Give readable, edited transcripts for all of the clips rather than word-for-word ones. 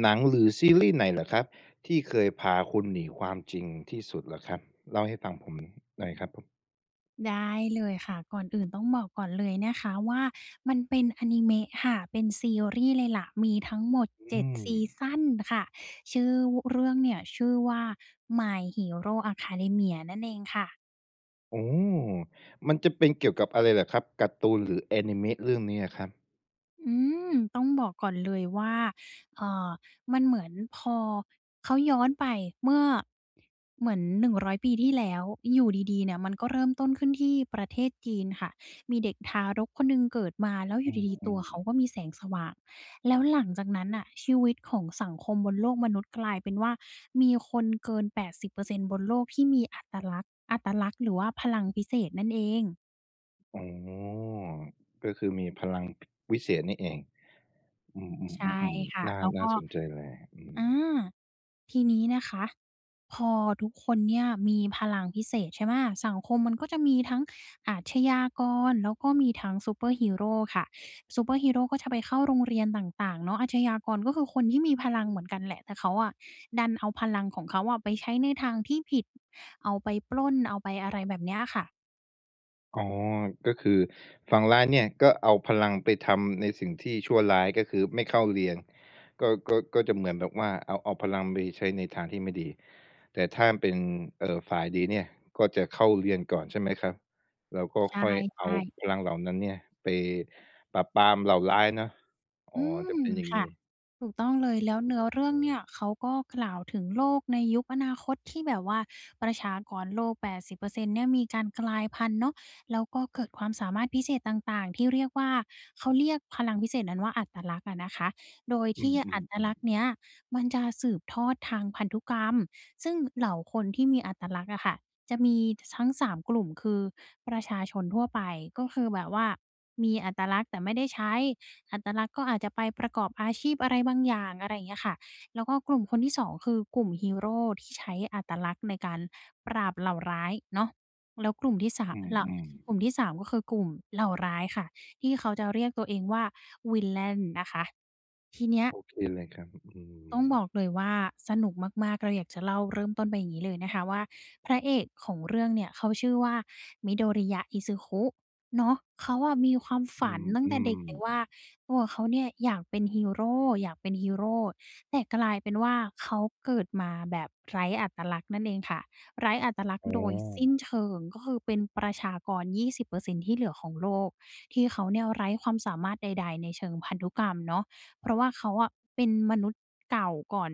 หนังหรือซีรีส์ไหนเหรอครับที่เคยพาคุณหนีความจริงที่สุดเหรอครับเล่าให้ฟังผมหน่อยครับผมได้เลยค่ะก่อนอื่นต้องบอกก่อนเลยนะคะว่ามันเป็นอนิเมะค่ะเป็นซีรีส์เลยล่ะมีทั้งหมดอื7มซีซันค่ะชื่อเรื่องเนี่ยชื่อว่า My Hero Academia นั่นเองค่ะ โอ้มันจะเป็นเกี่ยวกับอะไรเหรอครับการ์ตูนหรือแอนิเมะเรื่องนี้อะครับอืมต้องบอกก่อนเลยว่าเอ่อมันเหมือนพอเขาย้อนไปเมื่อเหมือน100ปีที่แล้วอยู่ดีๆเนี่ยมันก็เริ่มต้นขึ้นที่ประเทศจีนค่ะมีเด็กทารกคนหนึ่งเกิดมาแล้วออืยู่ดีๆตัวมเขาก็มีแสงสว่างแล้วหลังจากนั้นน่ะชีวิตของสังคมบนโลกมนุษย์กลายเป็นว่ามีคนเกิน80%บเปอร์เซ็นต์บนโลกที่มีอัตลักษณ์อัตลักษณ์หรือว่าพลังพิเศษนั่นเองๆอ๋อก็คือมีพลังวิเศษนี่เองอใช่ืมๆๆค่ะๆแล้วก็น่าสนใจเลยอืม อา ทีนี้นะคะพอทุกคนเนี่ยมีพลังพิเศษใช่ไหมสังคมมันก็จะมีทั้งอาชญากรแล้วก็มีทั้งซูเปอร์ฮีโรค่ะซูเปอร์ฮีโรก็จะไปเข้าโรงเรียนต่างๆเนาะอาชญากรก็คือคนที่มีพลังเหมือนกันแหละแต่เขาอ่ะดันเอาพลังของเขาอ่ะไปใช้ในทางที่ผิดเอาไปปล้นเอาไปอะไรแบบเนี้ยค่ะอ๋อก็คือฝั่งร้านเนี่ยก็เอาพลังไปทำในสิ่งที่ชั่วร้ายก็คือไม่เข้าเรียนก็จะเหมือนแบบว่าเอาพลังไปใช้ในทางที่ไม่ดีแต่ถ้าเป็นฝ่ายดีเนี่ยก็จะเข้าเรียนก่อนใช่ไหมครับแล้วก็ใช่ค่อยเอาพใช่ ลังเหล่านั้นเนี่ยไปปราบปรามเหล่าร้ายเนาะอ๋ออืจะมเป็นอย่างค่ะงี้ถูกต้องเลยแล้วเนื้อเรื่องเนี่ยเขาก็กล่าวถึงโลกในยุคอนาคตที่แบบว่าประชากรโลก80%เปอร์เซ็นต์เนี่ยมีการกลายพันธุ์เนาะแล้วก็เกิดความสามารถพิเศษต่างๆที่เรียกว่าเขาเรียกพลังพิเศษนั้นว่าอัตลักษณ์อะนะคะโดยอืที่อัตมลักษณ์ๆๆเนี้ยมันจะสืบทอดทางพันธุกรรมซึ่งเหล่าคนที่มีอัตลักษณ์อะค่ะจะมีทั้งสามกลุ่มคือประชาชนทั่วไปก็คือแบบว่ามีอัตลักษณ์แต่ไม่ได้ใช้ อัตลักษณ์ก็อาจจะไปประกอบอาชีพอะไรบางอย่างอะไรอย่างเงี้ยค่ะ แล้วก็กลุ่มคนที่สองคือกลุ่มฮีโรที่ใช้อัตลักษณ์ในการปราบเหล่าร้ายเนาะแล้วอืมกลุ่มๆที่สามก็คือกลุ่มเหล่าร้ายค่ะที่เขาจะเรียกตัวเองว่า Villain นะคะทีเนี้ย โอเคเลยครับอืต้องมบอกเลยว่าสนุกมากๆเราอยากจะเล่าเริ่มต้นไปอย่างนี้เลยนะคะว่าพระเอกของเรื่องเนี่ยเขาชื่อว่า Midoriya Izuku เนาะเขาอะมีความอืฝันตั้งแต่เด็กมเลยว่าๆตัวเขาเนี่ยอยากเป็นฮีโรอยากเป็นฮีโรแต่กลายเป็นว่าเขาเกิดมาแบบไร้อัตลักษณ์นั่นเองค่ะไร้อัตลักษอ๋ณ์อ โดยสิ้นเชิงก็คือเป็นประชากร20%ที่เหลือของโลกที่เขาเนี่ยไร้ความสามารถใดๆในเชิงพันธุกรรมเนาะ เพราะว่าเขาอะเป็นมนุษย์เก่าก่อน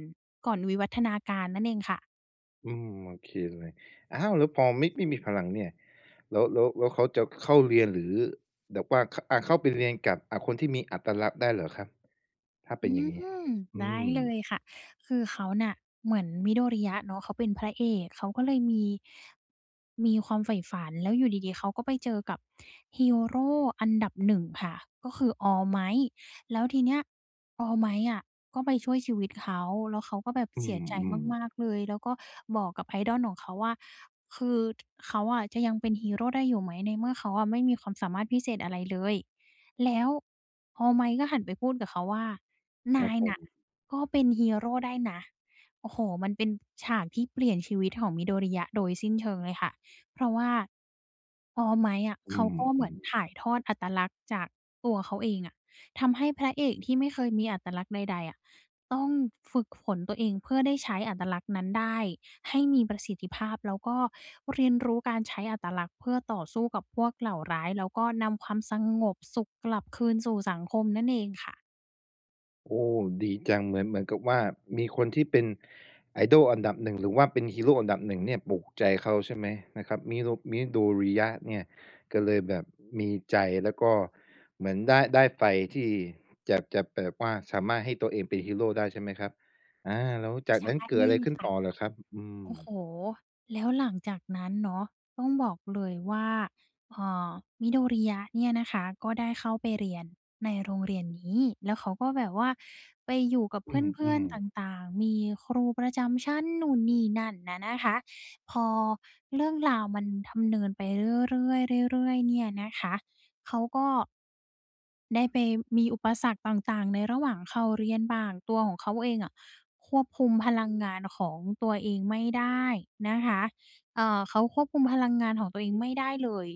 ก่อนวิวัฒนาการนั่นเองค่ะ อืมโอเคเลยอ้าวแล้วพอไม่มีพลังเนี่ยแล้วเขาจะเข้าเรียนหรือแบบว่าขอ่าเข้าไปเรียนกับอ่าคนที่มีอัตลักษณ์ได้เหรอครับถ้าอืเป็นอย่างงี้มอืได้มเลยค่ะคือเขาน่ะเหมือนมิโดริยะเนาะเขาเป็นพระเอกเขาก็เลยมีความใฝ่ฝันแล้วอยู่ดีๆเขาก็ไปเจอกับฮีโรอันดับหนึ่งค่ะก็คือ All Might แล้วทีเนี้ย All Might อะก็ไปช่วยชีวิตเขาแล้วเขาก็แบบอืเสียใจมมากๆๆเลยแล้วก็บอกกับ idol ของเขาว่าคือทเขาอะจะยังเป็นฮีโรได้อยู่ไหมในเมื่อเขาอะไม่มีความสามารถพิเศษอะไรเลยแล้ว พอไมค์ก็หันไปพูดกับเขาว่า ครันาบยผน่ะมก็เป็นฮีโรได้นะโอ้โฮมันเป็นฉากที่เปลี่ยนชีวิตของมิโดริยะโดยสิ้นเชิงเลยค่ะ เพราะว่าพอไมค์อะอืเขาม ก็เหมือนถ่ายทอดอัตลักษณ์จากตัวเขาเองอะทำให้พระเอกที่ไม่เคยมีอัตลักษณ์ใดๆอะต้องฝึกฝนตัวเองเพื่อได้ใช้อัตลักษณ์นั้นได้ ให้มีประสิทธิภาพแล้วก็เรียนรู้การใช้อัตลักษณ์เพื่อต่อสู้กับพวกเหล่าร้ายแล้วก็นำความสงบสุขกลับคืนสู่สังคมนั่นเองค่ะโอ้ดีจังเหมือนเหมือนกับว่ามีคนที่เป็น idol อันดับหนึ่งหรือว่าเป็นฮีโร่อันดับหนึ่งเนี่ยปลุกใจเขาใช่ไหมนะครับ Miro Midoriya เนี่ยก็เลยแบบมีใจแล้วก็เหมือนได้ไฟที่จะแบบว่าสามารถให้ตัวเองเป็นฮีโร่ได้ใช่ไหมครับอาแล้วจากใช่นั้นเกิเลดอะไรยขึ้นค่ะ ต่อเหรอครับอืมโอ้โหแล้วหลังจากนั้นเนาะต้องบอกเลยว่าเอ่อมิ d o ริยะเนี่ยนะคะก็ได้เข้าไปเรียนในโรงเรียนนี้แล้วเขาก็แบบว่าไปอยู่กับอืเพื่อนมๆตๆ่างๆมีครูประจำชั้นนู่นนี่นั่นน่ะนะคะพอเรื่องราวมันดำเนินไปเรื่อยๆเรื่อยๆเนี่ยนะคะเขาก็ได้ไปมีอุปสรรคต่างๆในระหว่างเข้าเรียนบ้างตัวของเขาเองอะ ควบคุมพลังงานของตัวเองไม่ได้นะคะเขาควบคุมพลังงานของตัวเองไม่ได้เลย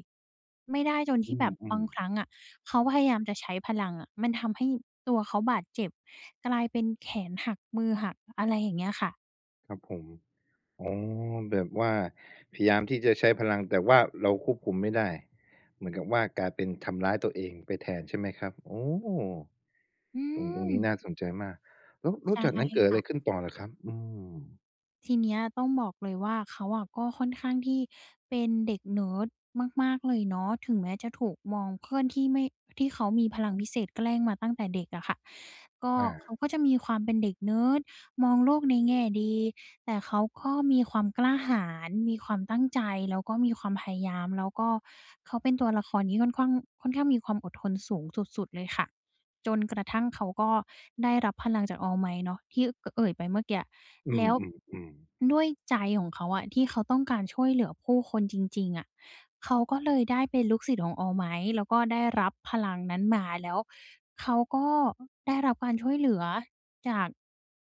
ไม่ได้จนอืที่แบบบามงครั้งอะเขาพยายามจะใช้พลังอะมันทำให้ตัวเขาบาดเจ็บกลายเป็นแขนหักมือหักอะไรอย่างเงี้ยค่ะๆครับผม อ๋อแบบว่าพยายามที่จะใช้พลังแต่ว่าเราควบคุมไม่ได้เหมือนกับว่ากลายเป็นทำร้ายตัวเองไปแทนใช่ไหมครับโอ้อืตรงมนี้น่าสนใจมากแล้วใช่จากนั้นเกิดอะไรค่ะ ขึ้นต่อเหรอครับอืมทีเนี้ยต้องบอกเลยว่าเขาอะก็ค่อนข้างที่เป็นเด็กเนิร์ดมากๆเลยเนาะถึงแม้จะถูกมองเพื่อนที่ไม่ที่เขามีพลังพิเศษแกล้งมาตั้งแต่เด็กอะค่ะก็อาเขาก็จะมีความเป็นเด็กเนิร์ดมองโลกในแง่ดีแต่เขาก็มีความกล้าหาญมีความตั้งใจแล้วก็มีความพยายามแล้วก็เขาเป็นตัวละครที่ค่อนข้างมีความอดทนสูงสุดๆเลยค่ะ จนกระทั่งเขาก็ได้รับพลังจาก All Might เนาะที่กเอ่ยไปเมื่อกี้อืแล้วมๆๆด้วยใจของเขาอะที่เขาต้องการช่วยเหลือผู้คนจริงๆอะเขาก็เลยได้เป็นลูกศิษย์ของ All Might แล้วก็ได้รับพลังนั้นมาแล้วเขาก็ได้รับการช่วยเหลือจาก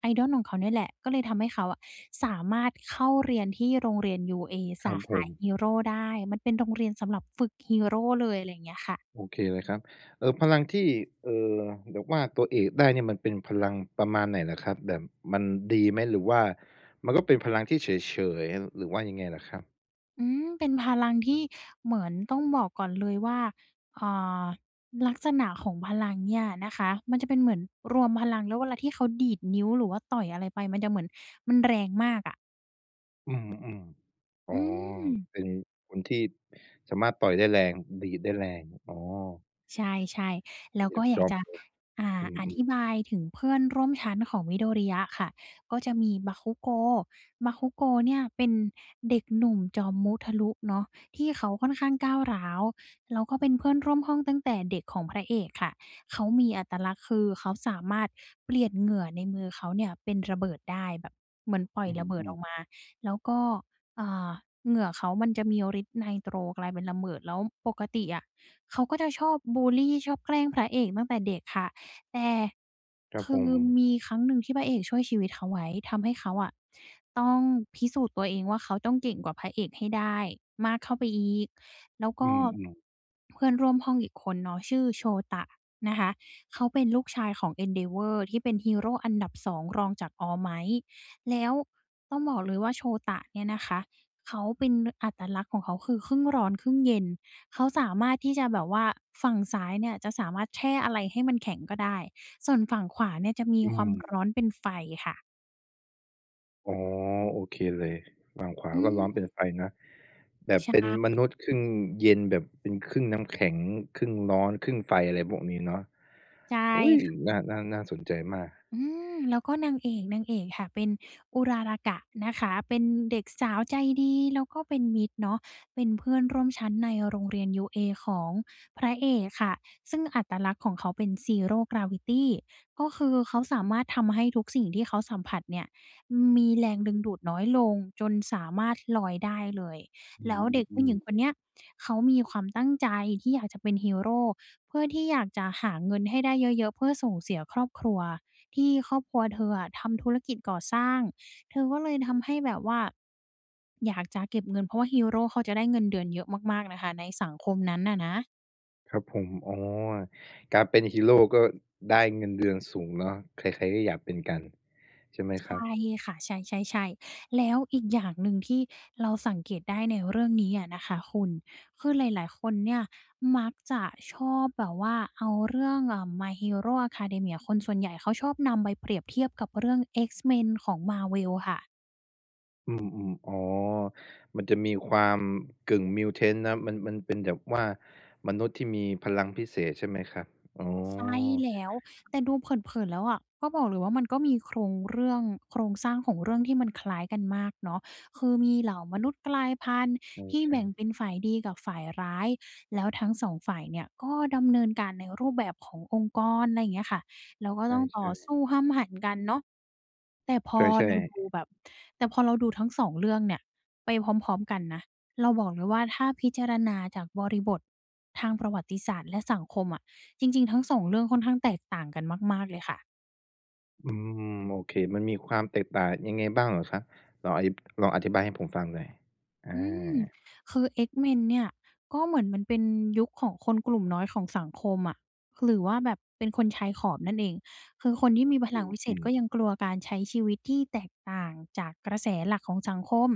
idol ของเขาเนี่ยแหละก็เลยทำให้เขาอะสามารถเข้าเรียนที่โรงเรียน UA ครัสาบผขามฮีโร่ได้มันเป็นโรงเรียนสำหรับฝึกฮีโร่เลยอะไรอย่างเงี้ยค่ะ โอเคเลยครับพลังที่เอ่อแบบว่าตัวเอกได้เนี่ยมันเป็นพลังประมาณไหนเหรอครับแบบมันดีไหมหรือว่ามันก็เป็นพลังที่เฉยๆหรือว่ายังไงเหรอครับ อืมเป็นพลังที่เหมือนต้องบอกก่อนเลยว่าอ่าลักษณะของพลังเนี่ยนะคะมันจะเป็นเหมือนรวมพลังแล้วเวลาที่เขาดีดนิ้วหรือว่าต่อยอะไรไปมันจะเหมือนมันแรงมากอะอืมอืมอ๋ออืม เป็นคนที่สามารถต่อยได้แรงดีดได้แรงอ๋อใช่ๆแล้วเหยีก็ยบอยาจ๊กอบจะอืมอธิบายถึงเพื่อนร่วมชั้นของวิโดริยะค่ะก็จะมีบาคุโกเนี่ยเป็นเด็กหนุ่มจอมมุทะลุเนาะที่เขาค่อนข้างก้าวร้าวแล้วก็เป็นเพื่อนร่วมห้องตั้งแต่เด็กของพระเอกค่ะเขามีอัตลักษณ์คือเขาสามารถเปลี่ยนเหงื่อในมือเขาเนี่ยเป็นระเบิดได้แบบเหมือนปล่ๆอยอืระเบิดอมอกมาๆแล้วก็อ่าเหงื่อเขามันจะมีฤทธิ์ไนโตรกลายเป็นระเบิดแล้วปกติอะ เขาก็จะชอบบูลลีชอบแกล้งพระเอกตั้งแต่เด็กค่ะแต่ครับคืผอมมีครั้งหนึ่งที่พระเอกช่วยชีวิตเขาไว้ทำให้เขาอะต้องพิสูจน์ตัวเองว่าเขาต้องเก่งกว่าพระเอกให้ได้มากเข้าไปอีกแล้วอืก็มๆเพื่อนร่วมห้องอีกคนเนาะชื่อโชตะนะคะเขาเป็นลูกชายของ Endeavor ที่เป็นฮีโรอันดับสองรองจาก All Might แล้วต้องบอกเลยว่าโชตะเนี่ยนะคะเขาเป็นอัตลักษณ์ของเขาคือครึ่งร้อนครึ่งเย็น เขาสามารถที่จะแบบว่าฝั่งซ้ายเนี่ยจะสามารถแช่อะไรให้มันแข็งก็ได้ส่วนฝั่งขวาเนี่ยจะมีอืความมร้อนเป็นไฟค่ะอ๋อโอเคเลยฝั่งขวาอืก็มร้อนเป็นไฟนะแบบใชเป็นม่นุษย์ครึ่งเย็นแบบเป็นครึ่งน้ำแข็งครึ่งร้อนครึ่งไฟอะไรพวกนี้เนาะใช่ อุ๊ยน่าสนใจมากอืมแล้วก็นางเอกนางเอกค่ะเป็นอุรารากะนะคะเป็นเด็กสาวใจดีแล้วก็เป็นมิตรเนาะเป็นเพื่อนร่วมชั้นในโรงเรียน UA ของพระเอกค่ะซึ่งอัตลักษณ์ของเขาเป็น Zero Gravity ก็คือเขาสามารถทำให้ทุกสิ่งที่เขาสัมผัสเนี่ยมีแรงดึงดูดน้อยลงจนสามารถลอยได้เลยอืแล้วเด็กผู้หมญิงคๆ นเนี้ยเขามีความตั้งใจที่อยากจะเป็นฮีโรเพื่อที่อยากจะหาเงินให้ได้เยอะๆเพื่อส่งเสียครอบครัว ที่ครอบครัวเธออะทำธุรกิจก่อสร้าง เธอก็เลยทำให้แบบว่าอยากจะเก็บเงินเพราะว่าฮีโรเขาจะได้เงินเดือนเยอะมากๆนะคะในสังคมนั้นน่ะนะครับผมอ๋อการเป็นฮีโร่ก็ได้เงินเดือนสูงเนาะใครๆก็อยากเป็นกันใช่ไหมครับใช่ค่ะใช่ๆๆแล้วอีกอย่างหนึ่งที่เราสังเกตได้ในเรื่องนี้อะนะคะคุณคือหลายๆคนเนี่ยมักจะชอบแบบว่าเอาเรื่องMy Hero Academia คนส่วนใหญ่เขาชอบนำไปเปรียบเทียบกับเรื่อง X-Men ของ Marvel ค่ะ อืมๆอ๋อมันจะมีความกึ่ง mutant นะมันเป็นแบบว่ามนุษย์ที่มีพลังพิเศษใช่ไหมครับอ๋อใช่แล้วแต่ดูเผินๆแล้วอะก็บอกเลยว่ามันก็มีโครงเรื่องโครงสร้างของเรื่องที่มันคล้ายกันมากเนาะคือมีเหล่ามนุษย์กลายพันธุ์ที่ใช่แบ่งๆเป็นฝ่ายดีกับฝ่ายร้ายแล้วทั้งสองฝ่ายเนี่ยก็ดำเนินการในรูปแบบขององค์กรไรเงี้ยค่ะแล้วก็ต้องต่อใช่ๆสู้ห้ำหั่นกันเนาะ แต่พใอช่เราดูๆแบบแต่พอเราดูทั้งสองเรื่องเนี่ยไปพร้อมๆกันนะเราบอกเลยว่าถ้าพิจารณาจากบริบททางประวัติศาสตร์และสังคมอะจริงๆทั้งสองเรื่องค่อนข้างแตกต่างกันมากๆเลยค่ะ อืมโอเคมันมีความแตกต่างยังไงบ้างเหรอครับลองอธิบลองอธิบายให้ผมฟังหน่อยออืมาคือ X-Men เนี่ยก็เหมือนมันเป็นยุคของคนกลุ่มน้อยของสังคมอะหรือว่าแบบเป็นคนชายขอบนั่นเองคือคนที่มีพลังวิเศษอืก็ยังกลัวการใช้ชีวิตที่แตกต่างจากกระแสหลักของสังคม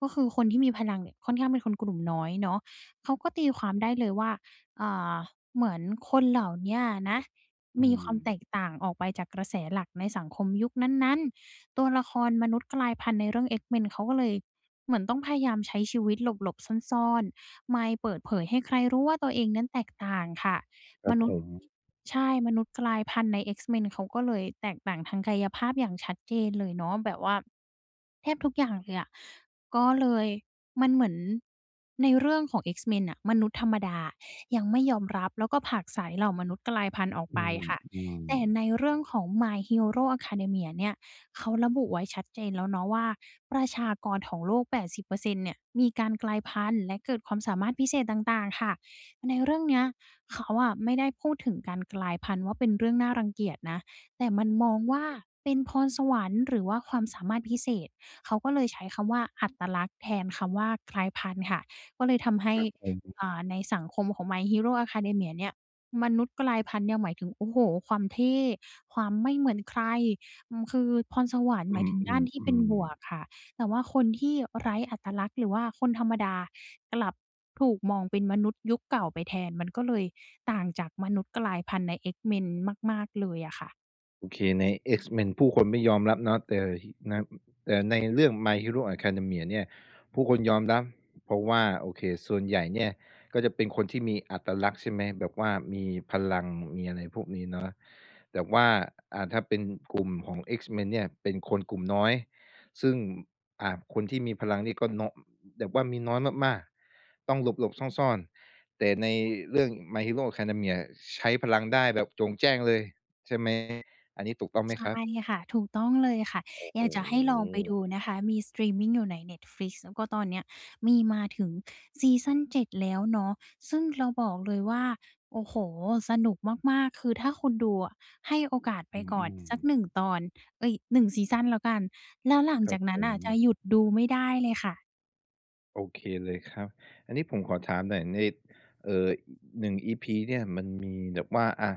ก็คือคนที่มีพลังเนี่ยค่อนข้างเป็นคนกลุ่มน้อยเนาะเขาก็ตีความได้เลยว่าอ่าเหมือนคนเหล่าเนี้ยนะมมีความๆแตกต่างออกไปจากกระแสหลักในสังคมยุคนั้นๆตัวละครมนุษย์กลายพันธุ์ในเรื่อง X-Men เขาก็เลย เหมือนต้องพยายามใช้ชีวิตหลบๆซ่อนๆไม่เปิดเผยให้ใครรู้ว่าตัวเองนั้นแตกต่างค่ะคมรับนุผษย์มใช่มนุษย์กลายพันธุ์ใน X-Men เขาก็เลยแตกต่างทางกายภาพอย่างชัดเจนเลยเนาะแบบว่าแทบทุกอย่างเลยอะก็เลยมันเหมือนในเรื่องของ X-Men น่ะมนุษย์ธรรมดายังไม่ยอมรับแล้วก็ผลักไสเหล่ามนุษย์กลายพันธุ์ออกอืไปค่ะมแต่ๆในเรื่องของ My Hero Academia เนี่ย เขาระบุไว้ชัดเจนแล้วเนาะว่าประชากรของโลก 80%เปอร์เซ็นต์เนี่ย มีการกลายพันธุ์และเกิดความสามารถพิเศษต่างๆ ค่ะ ในเรื่องเนี้ยเขาอะไม่ได้พูดถึงการกลายพันธุ์ว่าเป็นเรื่องน่ารังเกียจนะ แต่มันมองว่าเป็นพรสวรรค์หรือว่าความสามารถพิเศษเขาก็เลยใช้คำว่าอัตลักษณ์แทนคำว่ากลายพันธุ์ค่ะก็เลยทำให้อืม ในสังคมของ My Hero Academia เนี่ยมนุษย์กลายพันธุ์เนี่ยหมายถึงโอ้โฮความเท่ความไม่เหมือนใคร อืมคือพรสวรรค์หอืมายมถึงอืด้านมที่อืเป็นม บวกค่ะแต่ว่าคนที่ไร้อัตลักษณ์หรือว่าคนธรรมดากลับถูกมองเป็นมนุษย์ยุคเก่าไปแทนมันก็เลยต่างจากมนุษย์กลายพันธุ์ใน X-Men มากๆเลยอะค่ะ โอเคใน X-Men ผู้คนไม่ยอมรับเนาะแต่นแต่ในเรื่อง My Hero Academia เนี่ยผู้คนยอมรับเพราะว่าโอเคส่วนใหญ่เนี่ยก็จะเป็นคนที่มีอัตลักษณ์ใช่ไหมแบบว่ามีพลังมีอะไรพวกนี้เนาะแต่ว่าอ่าถ้าเป็นกลุ่มของ X-Men เนี่ยเป็นคนกลุ่มน้อยซึ่งอ่าคนที่มีพลังนี่ก็เนาะแบบว่ามีน้อยมากๆต้องหลบๆซ่อนๆแต่ในเรื่อง My Hero Academia ใช้พลังได้แบบโจ่งแจ้งเลยใช่ไหม อันนี้ถูกต้องไหมครัใช่บค่ะถูกต้องเลยค่ะโอ้อโฮยากจะให้ลองไปดูนะคะมีสตรีมมิงอยู่ใน Netflix แล้วก็ตอนเนี้ยมีมาถึงซีซัน7แล้วเนาะซึ่งเราบอกเลยว่าโอ้โฮสนุกมากๆคือถ้าคุณดูอะให้โอกาสไปอืก่อนมสักหนึ่ๆงตอนเอ๊ยหนึ่งซีซันแล้วกันแล้วหลังครัจาบกผนั้นมน่ะจะหยุดดูไม่ได้เลยค่ะ โอเคเลยครับอันนี้ผมขอถามหน่อยในเอ่อหนึ่งอี EP เนี่ยมันมีแบบว่าอะ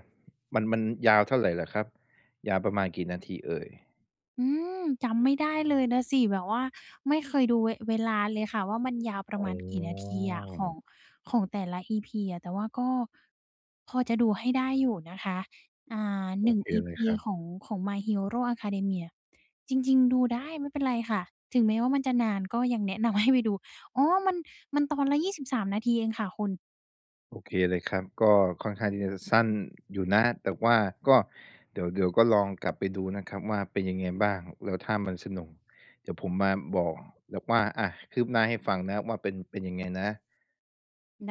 มันยาวเท่าไรเหรอครับยาวประมาณกี่นาทีเอ่ยอืมจำไม่ได้เลยนะสิแบบว่าไม่เคยดูเวเวลาเลยค่ะว่ามันยาวประอ๋มาณกี่นาทีออะของแต่ละ EP อะแต่ว่าก็พอจะดูให้ได้อยู่นะคะอ่าโอ1 เคเลย EP ครับของของ My Hero Academia จริงๆดูได้ไม่เป็นไรค่ะถึงแม้ว่ามันจะนานก็ยังแนะนำให้ไปดูอ๋อมันตอนละ23นาทีเองค่ะคุณ โอเคเลยครับก็ค่อนข้างที่จะสั้นอยู่นะแต่ว่าก็เดี๋ยวก็ลองกลับไปดูนะครับว่าเป็นยังไงบ้างแล้วถ้ามันสนุกเดี๋ยวผมมาบอกแบบว่าอะคืบหน้าให้ฟังนะว่าเป็นยังไงนะ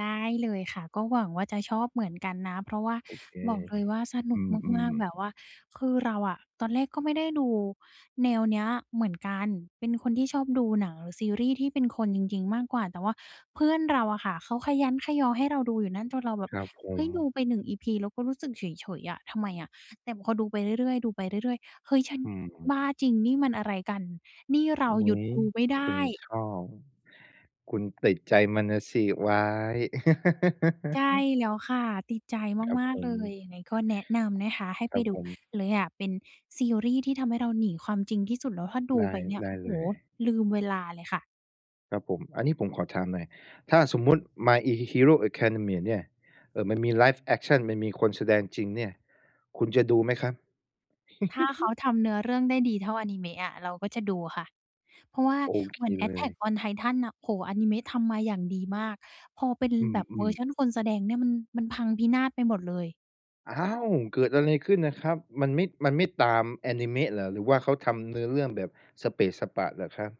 ได้เลยค่ะก็หวังว่าจะชอบเหมือนกันนะเพราะว่าโอเค บอกเลยว่าสนุอืกมากมๆแบบว่าคือเราอะตอนแรกก็ไม่ได้ดูแนวเนี้ยเหมือนกันเป็นคนที่ชอบดูหนังหรือซีรีส์ที่เป็นคนจริงๆมากกว่าแต่ว่าเพื่อนเราอะค่ะเขาคะยั้นคะยอให้เราดูอยู่นั่นจนเราแบๆบครับผม เฮ้ยดูไปหนึ่งอีพีแล้วก็รู้สึกเฉยๆอะทำไมอะแต่พอดูไปเรื่อยๆดูไปเรื่อยๆเฮ้ยฉันอืมบ้าจริงนี่มันอะไรกันนี่เราหอุ๊ยุดยดูไม่คุได้ ณชอบ คุณติดใจมันน่ะสิว้า ยใช่แล้วค่ะติดใจครับมาผกๆเลม ยยังไงก็แนะนำนะคะให้คไปรับดูผม เลยอะเป็นซีรีส์ที่ทำให้เราหนีความจริงที่สุดแล้วถ้าดูได้ ไปเนี่ยได้โอ้โฮเลย ลืมเวลาเลยค่ะครับผม อันนี้ผมขอถามหน่อยถ้าสมมุติ My i Hero Academia เนี่ยมันมี Live Action มันมีคนแสดงจริงเนี่ย คุณจะดูไหมครับ ถ้าเขาทำเนื้อเรื่องได้ดีเท่าอานิเมะอะเราก็จะดูค่ะเพราะว่าโอเคเหมือน เลย Attack on Titan น่ะโอ้โฮอานิเมะทำมาอย่างดีมากพอเป็นอืแบบเวอมร์ชันๆ คนแสดงเนี่ยมันพังพินาศไปหมดเลย อ้าวเกิดอะไรขึ้นนะครับมันไม่ตามแอนิเมะเหรอหรือว่าเขาทำเนื้อเรื่องแบบสเปะสปะเหรอครับ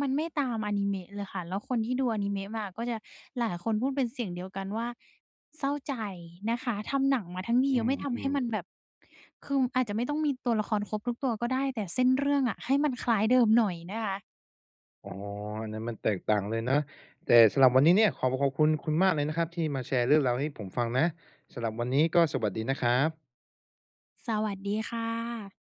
มันไม่ตามอนิเมะเลยค่ะแล้วคนที่ดูอนิเมะมาก็จะหลายคนพูดเป็นเสียงเดียวกันว่าเศร้าใจนะคะทำหนังมาทั้งดีอืไม่ทำให้มันแบมบคืออาจจะไม่ต้องมีตัวละครครบทุกตัวก็ได้แต่เส้นเรื่องอะให้มันคล้ายเดิมหน่อยนะคะๆอ๋ออันนั้นมันแตกต่างเลยนะแต่สำหรับวันนี้เนี่ยขอขอบคุณคุณมากเลยนะครับที่มาแชร์เรื่องราวให้ผมฟังนะสำหรับวันนี้ก็สวัสดีนะครับสวัสดีค่ะ